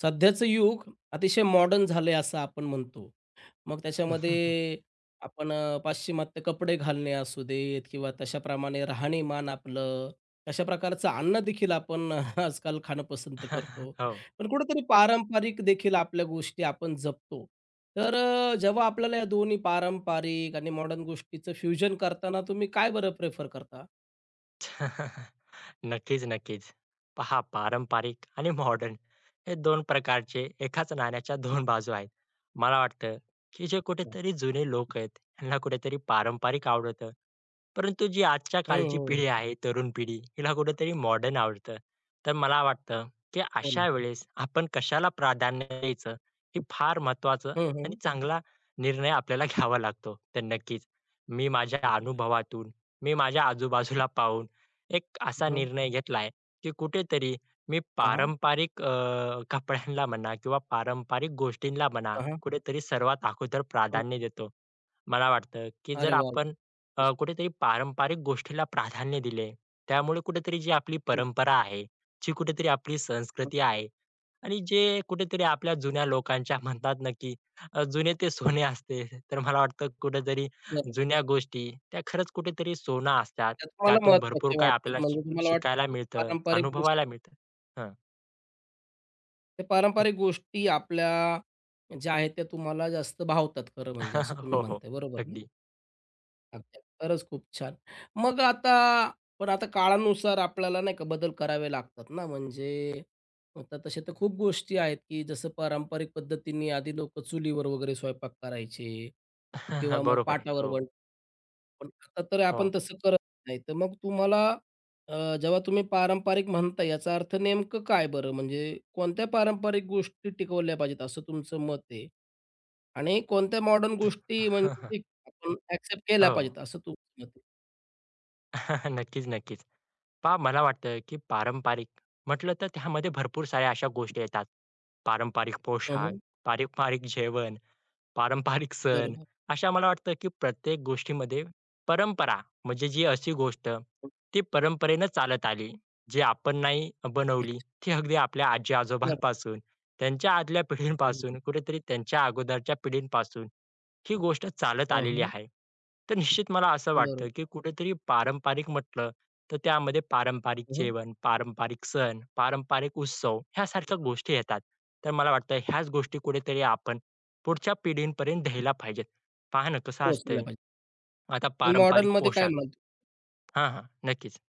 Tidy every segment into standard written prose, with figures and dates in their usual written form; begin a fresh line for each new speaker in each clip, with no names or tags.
सध्याचं युग अतिशय मॉडर्न झालंय असं आपण म्हणतो. मग त्याच्यामध्ये आपण पाश्चिमात्य कपडे घालणे असू देत किंवा तशाप्रमाणे राहणीमान आपलं, तशा प्रकारचं अन्नदेखील आपण आजकाल खाणं पसंत करतो.
हो.
पण कुठेतरी पारंपरिक देखील आपल्या गोष्टी आपण जपतो. तर जेव्हा आपल्याला या दोन्ही पारंपरिक आणि मॉडर्न गोष्टीचं फ्युजन करताना तुम्ही काय बरं प्रिफर करता?
नक्कीच, नक्कीच. पहा पारंपरिक आणि मॉडर्न हे दोन प्रकारचे एकाच नाण्याच्या 2 बाजू आहेत. मला वाटतं, की जे
हं,
कुठेतरी जुने लोक आहेत, ह्यांना कुठेतरी पारंपरिक आवडतं. परंतु जी आजच्या कालची
हं.
पिढी आहे, तरुण पिढी, हिला कुठेतरी मॉडर्न आवडतं. तर मला वाटतं, की
हो ना.
अशा वेळेस आपण कशाला प्राधान्य द्यायचं, हे फार महत्त्वाचं
हं,
आणि
हं.
चांगला निर्णय आपल्याला घ्यावा लागतो. तर नक्कीच, मी माझ्या अनुभवातून, मी माझ्या आजूबाजूला पाहून एक असा
हं.
निर्णय घेतलाय, की कुठेतरी मी
हां, हां.
पारंपरिक कपड्यांना म्हणा किंवा पारंपरिक गोष्टींना म्हणा,
हां,
कुठेतरी सर्वात अगोदर प्राधान्य देतो. मला वाटतं, की जर
अरे वाह!
आपण कुठेतरी पारंपरिक गोष्टीला प्राधान्य दिले, त्यामुळे कुठेतरी जी आपली परंपरा आहे, जी कुठेतरी आपली संस्कृती आहे आणि जे कुठेतरी आपल्या जुन्या लोकांच्या म्हणतात ना, की जुने ते सोने असते. तर मला वाटतं कुठेतरी
बरोबर.
जुन्या गोष्टी त्या खरंच कुठेतरी सोनं असतात.
त्या तुम्हाला
त्यातून भरपूर
महत्त्वाच्या
काही
वाटतात.
आपल्याला
म्हणजे तुम्हाला वाटतं,
शिकायला
की
मिळतं,
पारंपरिक गोष्टी
अनुभवायला मिळतं. हं.
ते पारंपरिक गोष्टी आपल्या ज्या आहेत त्या तुम्हाला जास्त भावतात खरं म्हणजे असं तुम्ही
हो, हो.
म्हणताय. बरोबर ना?
अगदी.
अगदी. खरंच खूप छान. मग आता पण आता काळानुसार आपल्याला नाही का बदल करावे लागतात ना, म्हणजे आता तशा तर खूप गोष्टी आहेत, की जसं पारंपरिक पद्धतीने आधी लोकं चुलीवर वगैरे स्वयंपाक करायचे किंवा मग
बरोबर आहे.
पाटावर
हो,
वळ पण आता तर आपण
हो.
तसं करत नाही. तर मग तुम्हाला जेव्हा तुम्ही पारंपरिक म्हणता याचा अर्थ नेमकं काय बरं? म्हणजे कोणत्या पारंपरिक गोष्टी टिकवल्या पाहिजेत असं तुमचं मत आहे? आणि कोणत्या मॉडर्न गोष्टी म्हणजे ठीक आपण ॲक्सेप्ट केल्या
हो.
पाहिजेत असं तुमचं मत आहे.
नक्कीच, नक्कीच. पहा मला वाटतं, की पारंपरिक म्हटलं तर त्यामध्ये भरपूर साऱ्या अशा गोष्टी येतात. पारंपरिक
हं,
पोशाख,
हं.
पारंपरिक जेवण पारंपरिक सण,
बरोबर.
अशा मला वाटतं की प्रत्येक गोष्टीमध्ये परंपरा म्हणजे जी अशी गोष्ट, ती परंपरेनं चालत आली. जी आपण नाही बनवली,
अच्छा.
ती अगदी आपल्या
बरं.
आजी-आजोबांपासून, त्यांच्या आदल्या
हं, हं.
पिढींपासून, कुठेतरी त्यांच्या अगोदरच्या पिढींपासून ही गोष्ट चालत
हं,
आलेली
हं.
आहे. तर निश्चित मला असं वाटतं
बरोबर.
की कुठेतरी पारंपरिक म्हटलं, तर त्यामध्ये पारंपरिक
हं, हं.
जेवण, पारंपरिक सण, पारंपरिक उत्सव ह्यासारख्या गोष्टी येतात. तर मला वाटतं ह्याच गोष्टी कुठेतरी आपण पुढच्या पिढींपर्यंत द्यायला पाहिजेत. पहा ना कसं
पोहोचल्या
असतंय,
पाहिजे.
आता पारंपरिक
मॉडर्नमध्ये काय
पोशाख
म्हणाल तुम्ही?
हां, हां. नक्कीच.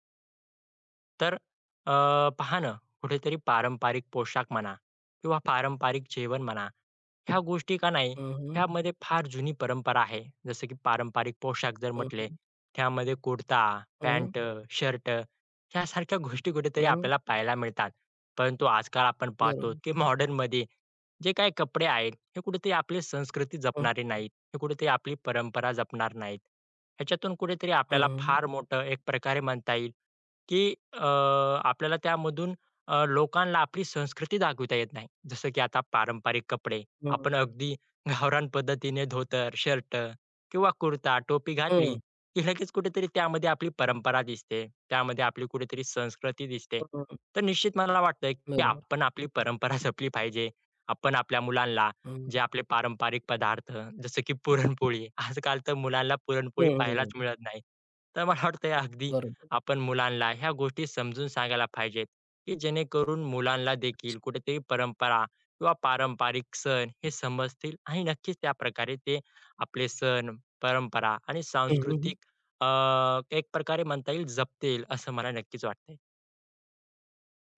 तर अ, पहा ना, कुठेतरी पारंपरिक पोशाख म्हणा किंवा पारंपरिक जेवण म्हणा, ह्या गोष्टी का नाही,
हं, हं.
ह्यामध्ये फार जुनी परंपरा आहे. जसं की पारंपरिक पोशाख जर
हं,
म्हटले,
हं.
त्यामध्ये कुर्ता,
हं, हं.
पॅन्ट, शर्ट ह्यासारख्या गोष्टी कुठेतरी
हं,
आपल्याला पाहायला मिळतात. परंतु आजकाल आपण पाहतो,
बरोबर.
की मॉडर्नमध्ये जे काही कपडे आहेत, हे कुठेतरी आपली संस्कृती जपणारे नाहीत. हे कुठेतरी आपली परंपरा जपणार नाहीत. ह्याच्यातून कुठेतरी
हं,
आपल्याला
हं, हं.
फार मोठं एक प्रकारे म्हणता येईल की आपल्याला त्यामधून लोकांना आपली संस्कृती दाखविता येत नाही. जसं की आता पारंपरिक कपडे
हं, हं.
आपण अगदी गावरान पद्धतीने धोतर, शर्ट किंवा कुर्ता, टोपी
हं,
घातली,
हं.
की लगेच कुठेतरी त्यामध्ये आपली परंपरा दिसते. त्यामध्ये आपली कुठेतरी संस्कृती दिसते. तर निश्चित मला वाटतं की
बरोबर.
आपण आपली परंपरा जपली पाहिजे. आपण आपल्या मुलांना
हं.
जे आपले पारंपरिक पदार्थ जसं की पुरणपोळी, आजकाल तर मुलांना पुरणपोळी
हं,
पाहायलाच
हं.
मिळत नाही. तर मला वाटतंय अगदी
बरोबर.
आपण मुलांना ह्या गोष्टी समजून सांगायला पाहिजेत, की जेणेकरून मुलांना देखील
अच्छा.
कुठेतरी परंपरा किंवा पारंपरिक सण हे समजतील आणि नक्कीच त्या प्रकारे ते आपले सण, परंपरा आणि
हं, हं, हं.
सांस्कृतिक अ, एक प्रकारे म्हणता येईल जपतील असं मला नक्कीच वाटतंय.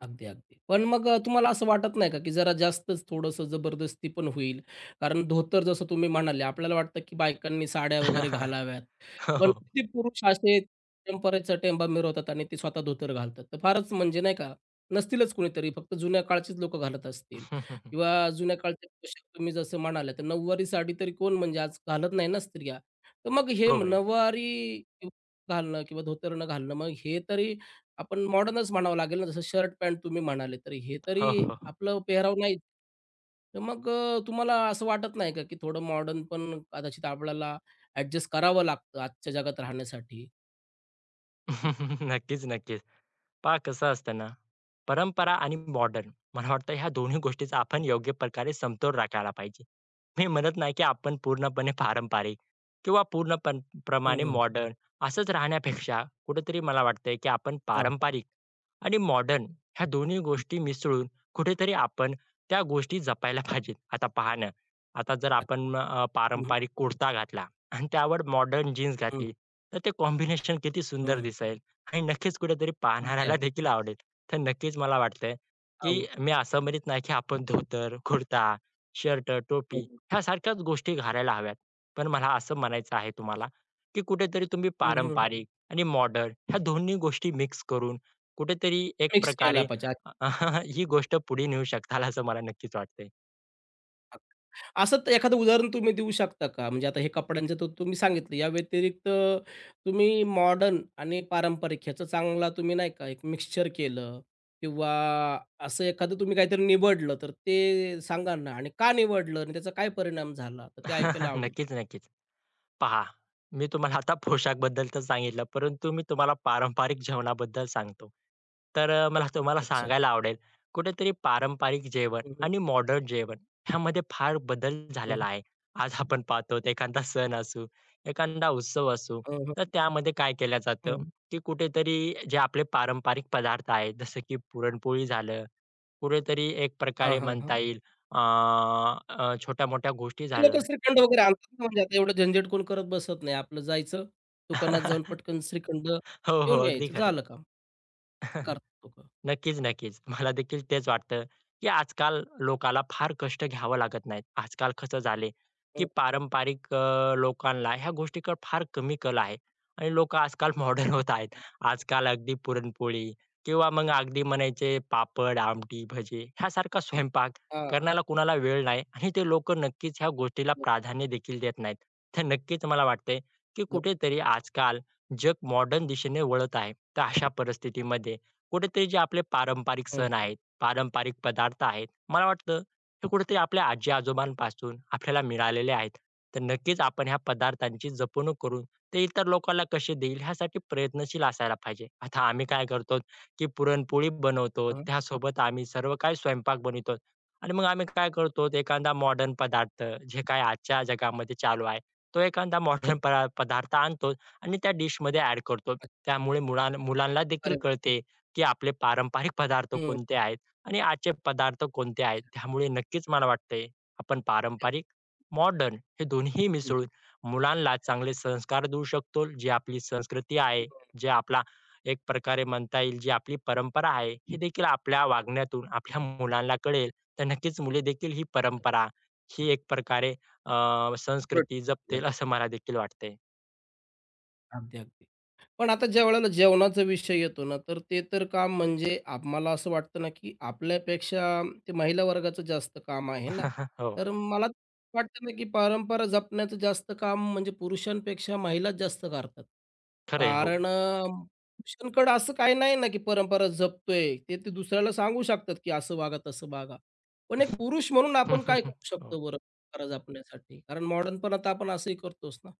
अगदी, अगदी. पण मग तुम्हाला असं वाटत नाही का, की जरा जास्तच थोडंसं जबरदस्ती पण होईल? कारण धोतर जसं तुम्ही म्हणाले, आपल्याला वाटतं की बायकांनी साड्या वगैरे घालाव्यात.
हो,
पण
हो.
किती पुरुष असे परंपरेचा टेंबा मिरवतात आणि ते स्वतः धोतर घालतात. तर फारच म्हणजे नाही का, नसतीलच कुणीतरी, फक्त जुन्या काळचीच लोकं घालत असतील किंवा जुन्या काळचे पोशाख तुम्ही जसं म्हणालात, तर नऊवारी साडी तरी कोण म्हणजे आज घालत नाही ना स्त्रिया. तर मग हे
बरोबर आहे.
नऊवारी घालणं किंवा धोतर न घालणं, मग हे तरी आपण मॉडर्नच म्हणावं लागेल ना, जसं शर्ट पॅन्ट तुम्ही म्हणाले, तर हे
हो,
तरी
हो.
आपलं पेहराव नाहीच. तर मग तुम्हाला असं वाटत नाही का, की थोडं मॉडर्न पण कदाचित आपल्याला ॲडजस्ट करावं लागतं आजच्या जगात राहण्यासाठी?
नक्कीच, नक्कीच. पहा कसं असतं ना, परंपरा आणि मॉडर्न मला वाटतं ह्या दोन्ही गोष्टीचा आपण योग्य प्रकारे समतोल राखायला पाहिजे. मी म्हणत नाही की आपण पूर्णपणे पारंपरिक किंवा पूर्ण पण
हं,
प्रमाणे
हं.
मॉडर्न असंच राहण्यापेक्षा कुठेतरी मला वाटतंय की आपण
हां,
पारंपरिक आणि मॉडर्न ह्या दोन्ही
हां.
गोष्टी मिसळून कुठेतरी आपण त्या गोष्टी जपायला पाहिजेत. आता पहा ना, आता जर
अच्छा.
आपण
हं, हं,
पारंपरिक कुर्ता घातला आणि त्यावर मॉडर्न जीन्स
हं,
घातली, तर ते कॉम्बिनेशन किती सुंदर दिसेल. आणि नक्कीच कुठेतरी
अगदी,
पाहणाऱ्याला
अगदी.
देखील आवडेल. तर नक्कीच मला वाटतंय, की
हो.
मी असं म्हणत नाही, की आपण धोतर, कुर्ता, शर्ट,
हं,
टोपी
हं.
ह्यासारख्याच गोष्टी घालायला हव्यात. पण मला असं म्हणायचं आहे तुम्हाला, की कुठेतरी तुम्ही
हं,
पारंपरिक आणि मॉडर्न ह्या दोन्ही गोष्टी मिक्स करून कुठेतरी एक
मिक्स केला
प्रकारे
पाहिजे.
ही गोष्ट पुढे नेऊ शकताल असं मला नक्कीच वाटतंय.
असंच एखादं उदाहरण तुम्ही देऊ शकता का? म्हणजे आता हे कपड्यांचं तर तुम्ही सांगितलं, या व्यतिरिक्त तुम्ही मॉडर्न आणि पारंपरिक ह्याचा चांगला तुम्ही नाही का एक मिक्सचर केलं किंवा असं एखादं तुम्ही काहीतरी निवडलं, तर ते सांगा ना आणि का निवडलं आणि त्याचा काय परिणाम झाला? तर ते ऐकायला आवडेल.
नक्कीच, नक्कीच. पहा, मी तुम्हाला आता पोशाखबद्दल तर सांगितलं, परंतु मी तुम्हाला पारंपरिक जेवणाबद्दल सांगतो. तर मला तुम्हाला
अच्छा.
सांगायला आवडेल, कुठेतरी पारंपरिक जेवण
हं, हं.
आणि मॉडर्न जेवण ह्यामध्ये फार बदल
हं,
झालेला
हं.
आहे. आज आपण पाहतो तर एखादा सण असू, एखादा उत्सव असू,
हं,
तर
हं.
त्यामध्ये काय केलं जातं,
हं.
की कुठेतरी जे आपले पारंपरिक पदार्थ आहेत, जसं की पुरणपोळी झालं, कुठेतरी एक प्रकारे म्हणता येईल अ, अ, छोट्या-मोठ्या गोष्टी
ते लोकं
झालं,
श्रीखंड वगैरे आणतात ना, म्हणजे आता एवढं झंझट कोण करत बसत नाही. आपलं जायचं, दुकानात जाऊन पटकन श्रीखंड
हो, हो.
घेऊन
अगदी
यायचं,
खरं आहे.
झालं काम. करतात लोकं.
नक्कीच, नक्कीच. मला देखील तेच वाटतं, की आजकाल लोकाला फार कष्ट घ्यावं लागत नाहीत. आजकाल कसं झालंय, की पारंपरिक लोकांना ह्या गोष्टीकडे फार कमी कल आहे आणि लोकं आजकाल मॉडर्न होत आहेत. आजकाल अगदी पुरणपोळी किंवा मग अगदी म्हणायचे पापड, आमटी, भजे ह्यासारखा स्वयंपाक करण्याला कुणाला वेळ नाही आणि ते लोकं नक्कीच ह्या गोष्टीला
बरं,
प्राधान्य देखील देत नाहीत. तर नक्कीच मला वाटतंय, की
बरं.
कुठेतरी आजकाल जग मॉडर्न दिशेने वळत आहे. तर अशा परिस्थितीमध्ये कुठेतरी जे आपले पारंपरिक
हं,
सण आहेत, पारंपरिक पदार्थ आहेत, मला वाटतं ते कुठेतरी आपल्या आजी-आजोबांपासून आपल्याला मिळालेले आहेत. तर नक्कीच आपण ह्या पदार्थांची जपणूक करून ते इतर लोकांना कसे देईल ह्यासाठी प्रयत्नशील असायला पाहिजे. आता आम्ही काय करतो, की पुरणपोळी बनवतो,
हां.
त्यासोबत आम्ही सर्व काही स्वयंपाक बनवितो आणि मग आम्ही काय करतो, एखादा मॉडर्न पदार्थ जे काय आजच्या जगामध्ये चालू आहे, तो एखादा मॉडर्न पदार्थ आणतो आणि त्या डिशमध्ये ॲड करतो.
अच्छा.
त्यामुळे मुलांना देखील
अरे वाह!
कळते की आपले पारंपरिक पदार्थ
हं.
कोणते आहेत आणि आजचे पदार्थ कोणते आहेत.
अच्छा.
त्यामुळे नक्कीच मला वाटतंय आपण पारंपरिक, मॉडर्न हे दोन्हीही
हं, हं.
मिसळून मुलांना चांगले संस्कार देऊ शकतो. जी आपली संस्कृती आहे, जे आपला एक प्रकारे म्हणता येईल जी आपली परंपरा आहे, हे देखील आपल्या वागण्यातून आपल्या मुलांना कळेल. तर नक्कीच मुले देखील ही परंपरा, ही एक प्रकारे
बरं.
संस्कृती जपतील असं मला देखील वाटतंय.
अगदी, अगदी. पण आता ज्या वेळेला जेवणाचा विषय येतो ना, तर ते तर काम म्हणजे आप मला असं वाटतं ना, की आपल्यापेक्षा ते महिला वर्गाचं जास्त काम आहे ना.
हो,
तर मला वाटतं ना, की परंपरा जपण्याचं जास्त काम म्हणजे पुरुषांपेक्षा महिलाच जास्त करतात.
खरं हो.
कारण पुरुषांकडं असं काही नाही ना, की परंपरा जपतोय. ते ते दुसऱ्याला सांगू शकतात, की असं वागा, तसं वागा. पण एक पुरुष म्हणून आपण काय करू
हो.
शकतो बरं परंपरा जपण्यासाठी? कारण मॉडर्नपणात आपण असंही करतोच ना.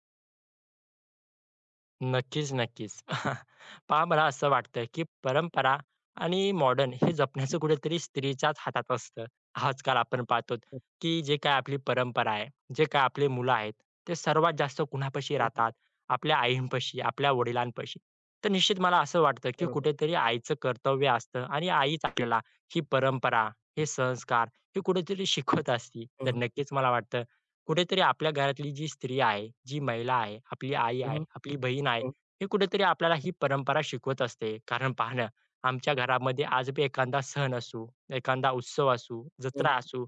नक्कीच, नक्कीच. पहा मला असं वाटतं, की परंपरा आणि मॉडर्न हे जपण्याचं कुठेतरी स्त्रीच्याच हातात असतं. आजकाल आपण पाहतो,
हो,
की जे काही आपली परंपरा आहे, जे काही आपले मुलं आहेत, ते सर्वात जास्त कुणापाशी
हो, हो.
राहतात? आपल्या आईंपाशी, आपल्या वडिलांपाशी. तर निश्चित मला असं वाटतं, की
बरोबर.
कुठेतरी आईचं कर्तव्य असतं आणि आईच आपल्याला ही परंपरा, हे संस्कार हे कुठेतरी शिकवत असते.
हं,
तर
हं.
नक्कीच मला वाटतं, कुठेतरी आपल्या घरातली जी स्त्री आहे, जी महिला आहे, आपली आई आहे, आपली बहीण आहे, हे कुठेतरी आपल्याला ही परंपरा शिकवत असते. कारण पहा ना, आमच्या घरामध्ये आज बी एखादा सण असू, एखादा उत्सव असू, जत्रा असू,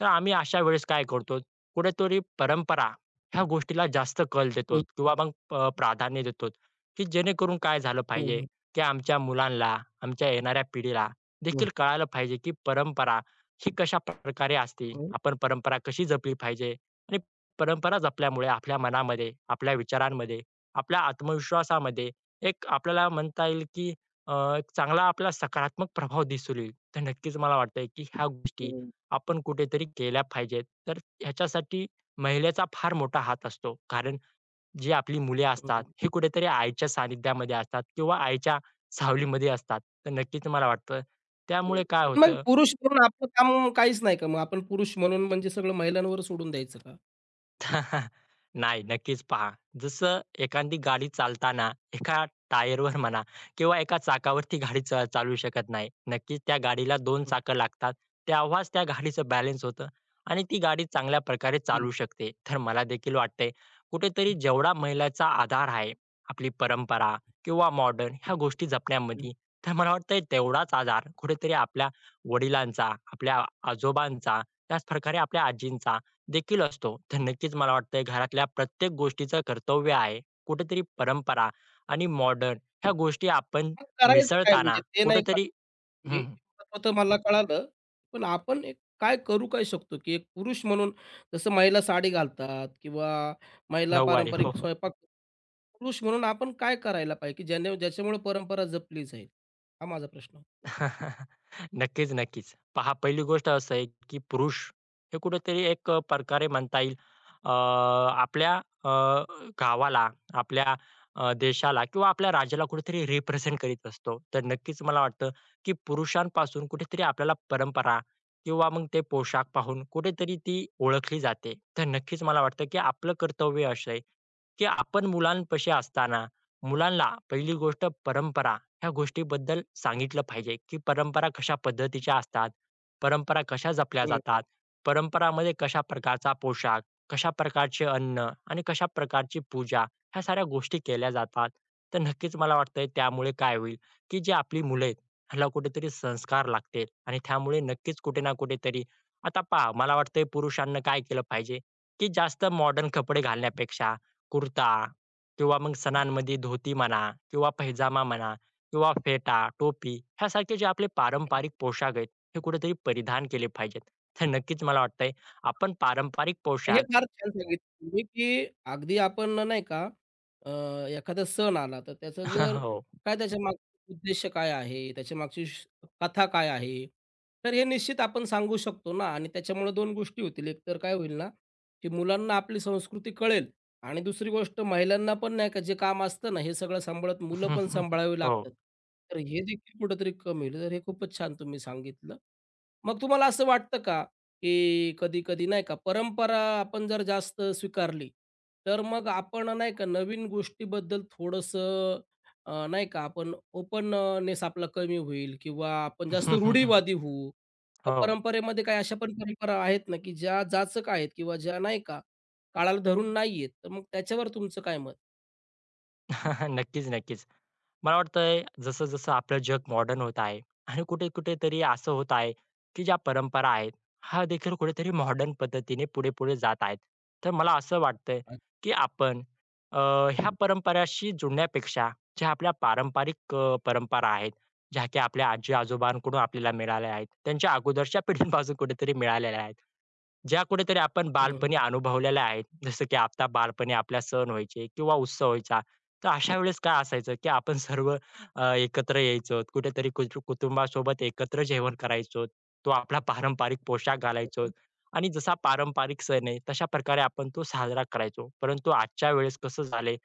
तर आम्ही अशा वेळेस काय करतो, कुठेतरी परंपरा ह्या गोष्टीला जास्त कल देतो किंवा मग प्राधान्य देतो, की जेणेकरून काय झालं पाहिजे, की आमच्या मुलांना, आमच्या येणाऱ्या पिढीला देखील कळालं पाहिजे, की परंपरा ही कशाप्रकारे असते, आपण परंपरा कशी जपली पाहिजे आणि परंपरा जपल्यामुळे आपल्या मनामध्ये, आपल्या विचारांमध्ये, आपल्या आत्मविश्वासामध्ये एक आपल्याला म्हणता येईल, की एक चांगला आपला सकारात्मक प्रभाव दिसून येईल. तर नक्कीच मला वाटतंय, की ह्या गोष्टी आपण कुठेतरी केल्या पाहिजेत. तर ह्याच्यासाठी महिलेचा फार मोठा हात असतो. कारण जी आपली मुले असतात, ही कुठेतरी आईच्या सानिध्यामध्ये असतात किंवा आईच्या सावलीमध्ये असतात. तर नक्कीच मला वाटतं त्यामुळे काय
मग
होतं
पुरुष म्हणून आपलं काम काहीच नाही का? मग आपण पुरुष म्हणून म्हणजे सगळं महिलांवर सोडून द्यायचं का?
नाही, नक्कीच पहा. जसं एखादी गाडी चालताना एका टायरवर म्हणा किंवा एका चाकावरती गाडी चालू शकत नाही. नक्कीच त्या गाडीला 2 चाकं लागतात. तेव्हाच त्या गाडीचं बॅलन्स होतं आणि ती गाडी चांगल्या प्रकारे चालू शकते. तर मला देखील वाटतंय कुठेतरी जेवढा महिलाचा आधार आहे, आपली परंपरा किंवा मॉडर्न ह्या गोष्टी जपण्यामध्ये, तर मला वाटतंय तेवढाच आधार कुठेतरी आपल्या वडिलांचा, आपल्या आजोबांचा, त्याचप्रकारे आपल्या आजींचा देखील असतो. तर नक्कीच मला वाटतंय घरातल्या प्रत्येक गोष्टीचं कर्तव्य आहे. कुठेतरी परंपरा आणि मॉडर्न ह्या गोष्टी आपण
मग करायचं काय?
मिसळताना
म्हणजे ते नाही का
कुठेतरी हं,
मी
हं.
तर मला कळालं. पण आपण एक काय करू काय शकतो? की एक पुरुष म्हणून जसं महिला साडी घालतात किंवा महिला
नऊवारी. हो.
पारंपरिक
हो.
स्वयंपाक पुरुष म्हणून आपण काय करायला पाहिजे? की ज्याने ज्याच्यामुळे परंपरा जपली जाईल? हा माझा प्रश्न.
नक्कीच, नक्कीच. पहा पहिली गोष्ट असं आहे, की पुरुष हे कुठेतरी एक प्रकारे म्हणता येईल अ, आपल्या गावाला, आपल्या देशाला किंवा आपल्या राज्याला कुठेतरी रिप्रेझेंट करीत असतो. तर नक्कीच मला वाटतं, की पुरुषांपासून कुठेतरी आपल्याला परंपरा किंवा मग ते पोशाख पाहून कुठेतरी ती ओळखली जाते. तर नक्कीच मला वाटतं, की आपलं कर्तव्य असं आहे, की आपण मुलांपाशी असताना मुलांना पहिली गोष्ट परंपरा ह्या गोष्टीबद्दल सांगितलं पाहिजे, की परंपरा कशा पद्धतीच्या असतात, परंपरा कशा जपल्या जातात, परंपरामध्ये कशा प्रकारचा पोशाख, कशा प्रकारचे अन्न आणि कशा प्रकारची पूजा ह्या साऱ्या गोष्टी केल्या जातात. तर नक्कीच मला वाटतंय त्यामुळे काय होईल, की जी आपली मुलं आहेत ह्याला कुठेतरी संस्कार लागतील आणि त्यामुळे नक्कीच कुठे ना कुठेतरी आता पहा मला वाटतंय पुरुषांना काय केलं पाहिजे, की जास्त मॉडर्न कपडे घालण्यापेक्षा कुर्ता किंवा मग सणांमध्ये धोती म्हणा किंवा पैजामा म्हणा किंवा फेटा, टोपी ह्यासारखे जे आपले पारंपरिक पोशाख आहेत, हे कुठेतरी परिधान केले पाहिजेत. तर नक्कीच मला वाटतंय आपण पारंपरिक
हे
पोशाख
फार छान सांगितलं तुम्ही, की अगदी आपण ना नाही का अ, एखादा सण आला तर त्याचं जर
हो.
काय त्याच्या मागचा उद्देश काय आहे, त्याच्या मागची श कथा काय आहे, तर हे निश्चित आपण सांगू शकतो ना आणि त्याच्यामुळे दोन गोष्टी होतील. एक तर काय होईल ना, की मुलांना आपली संस्कृती कळेल आणि दुसरी गोष्ट महिलांना पण नाही का जे काम असतं ना, हे सगळं सांभाळत मुलं पण सांभाळावी
हो.
लागतात. तर हे देखील कुठेतरी कमी होईल. तर हे खूपच छान तुम्ही सांगितलं. मग तुम्हाला असं वाटतं का, की कधी-कधी नाही का परंपरा आपण जर जास्त स्वीकारली, तर मग आपण नाही का नवीन गोष्टीबद्दल थोडंसं नाही का आपण ओपननेस आपला कमी होईल किंवा आपण जास्त रूढीवादी होऊ. तर
हो.
परंपरेमध्ये काही अशा पण परंपरा आहेत ना, की ज्या जाचक आहेत किंवा ज्या नाही का काळाला धरून नाही तर मग त्याच्यावर तुमचं काय मत?
नक्कीच, नक्कीच. मला वाटतंय जसं-जसं आपलं जग मॉडर्न होत आहे आणि कुठे-कुठे तरी असं होत आहे, की ज्या परंपरा आहेत, ह्या देखील कुठेतरी मॉडर्न पद्धतीने पुढे-पुढे जात आहेत. तर मला असं वाटतंय,
अगदी.
की आपण अ, ह्या परंपराशी जुळण्यापेक्षा ज्या आपल्या पारंपरिक परंपरा आहेत, ज्या की आपल्या आजी-आजोबांकडून आपल्याला मिळाल्या आहेत, त्यांच्या अगोदरच्या पिढींपासून कुठेतरी मिळालेल्या आहेत. ज्या कुठेतरी आपण
हं, हं.
बालपणी अनुभवलेल्या आहेत, जसं की आता बालपणी आपल्या सण व्हायचे किंवा उत्सव व्हायचा. तर अशा वेळेस काय असायचं, की आपण सर्व एकत्र यायचो. कुठेतरी कुटुंबासोबत एकत्र जेवण करायचो. तो आपला पारंपरिक पोशाख घालायचो आणि जसा पारंपरिक सण आहे, तशा प्रकारे आपण तो साजरा करायचो. परंतु आजच्या वेळेस कसं झालंय,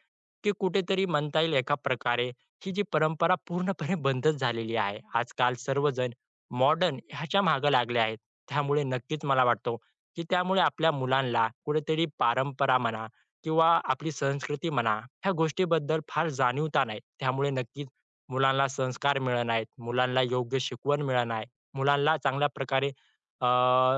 की कुठेतरी म्हणता येईल एका प्रकारे ही जी परंपरा पूर्णपणे बंदच झालेली आहे. आजकाल सर्वजण मॉडर्न ह्याच्या मागे लागले आहेत. त्यामुळे नक्कीच मला वाटतो, की त्यामुळे आपल्या मुलांना कुठेतरी परंपरा म्हणा किंवा आपली संस्कृती म्हणा, ह्या गोष्टीबद्दल फार जाणीवता नाही. त्यामुळे नक्कीच मुलांना संस्कार मिळत नाहीत, मुलांना योग्य शिकवण मिळत नाही, मुलांना चांगल्या प्रकारे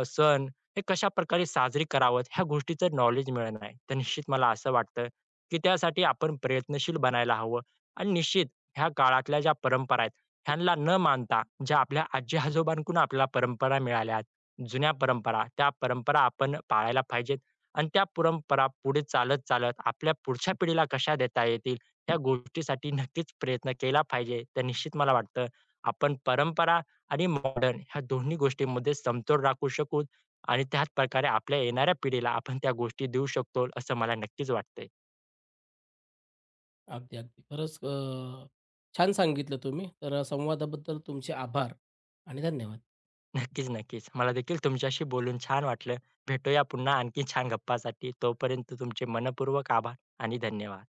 सण हे कशाप्रकारे साजरे करावेत ह्या गोष्टीचं नॉलेज मिळत नाही. तर निश्चित मला असं वाटतं, की त्यासाठी आपण प्रयत्नशील बनायला हवं आणि निश्चित ह्या काळातल्या ज्या परंपरा आहेत, ह्यांना न मानता ज्या आपल्या आजी-आजोबांकडून आपल्याला परंपरा मिळाल्या, आहेत, जुन्या परंपरा, त्या परंपरा आपण पाळायला पाहिजेत. आणि त्या परंपरा पुढे चालत चालत आपल्या पुढच्या पिढीला कशा देता येतील, या गोष्टीसाठी नक्कीच प्रयत्न केला पाहिजे. तर निश्चित मला वाटतं आपण परंपरा आणि मॉडर्न ह्या दोन्ही गोष्टींमध्ये समतोल राखू शकू आणि त्याच प्रकारे आपल्या येणाऱ्या पिढीला आपण त्या गोष्टी देऊ शकतो, असं मला नक्कीच वाटतंय.
अगदी, अगदी. खरंच छान सांगितलं तुम्ही. तर संवादाबद्दल तुमचे आभार आणि धन्यवाद.
नक्कीच, नक्कीच. मला देखील तुमच्याशी बोलून छान वाटलं. भेटूया पुन्हा आणखी छान गप्पांसाठी. तोपर्यंत तुमचे मनःपूर्वक आभार आणि धन्यवाद.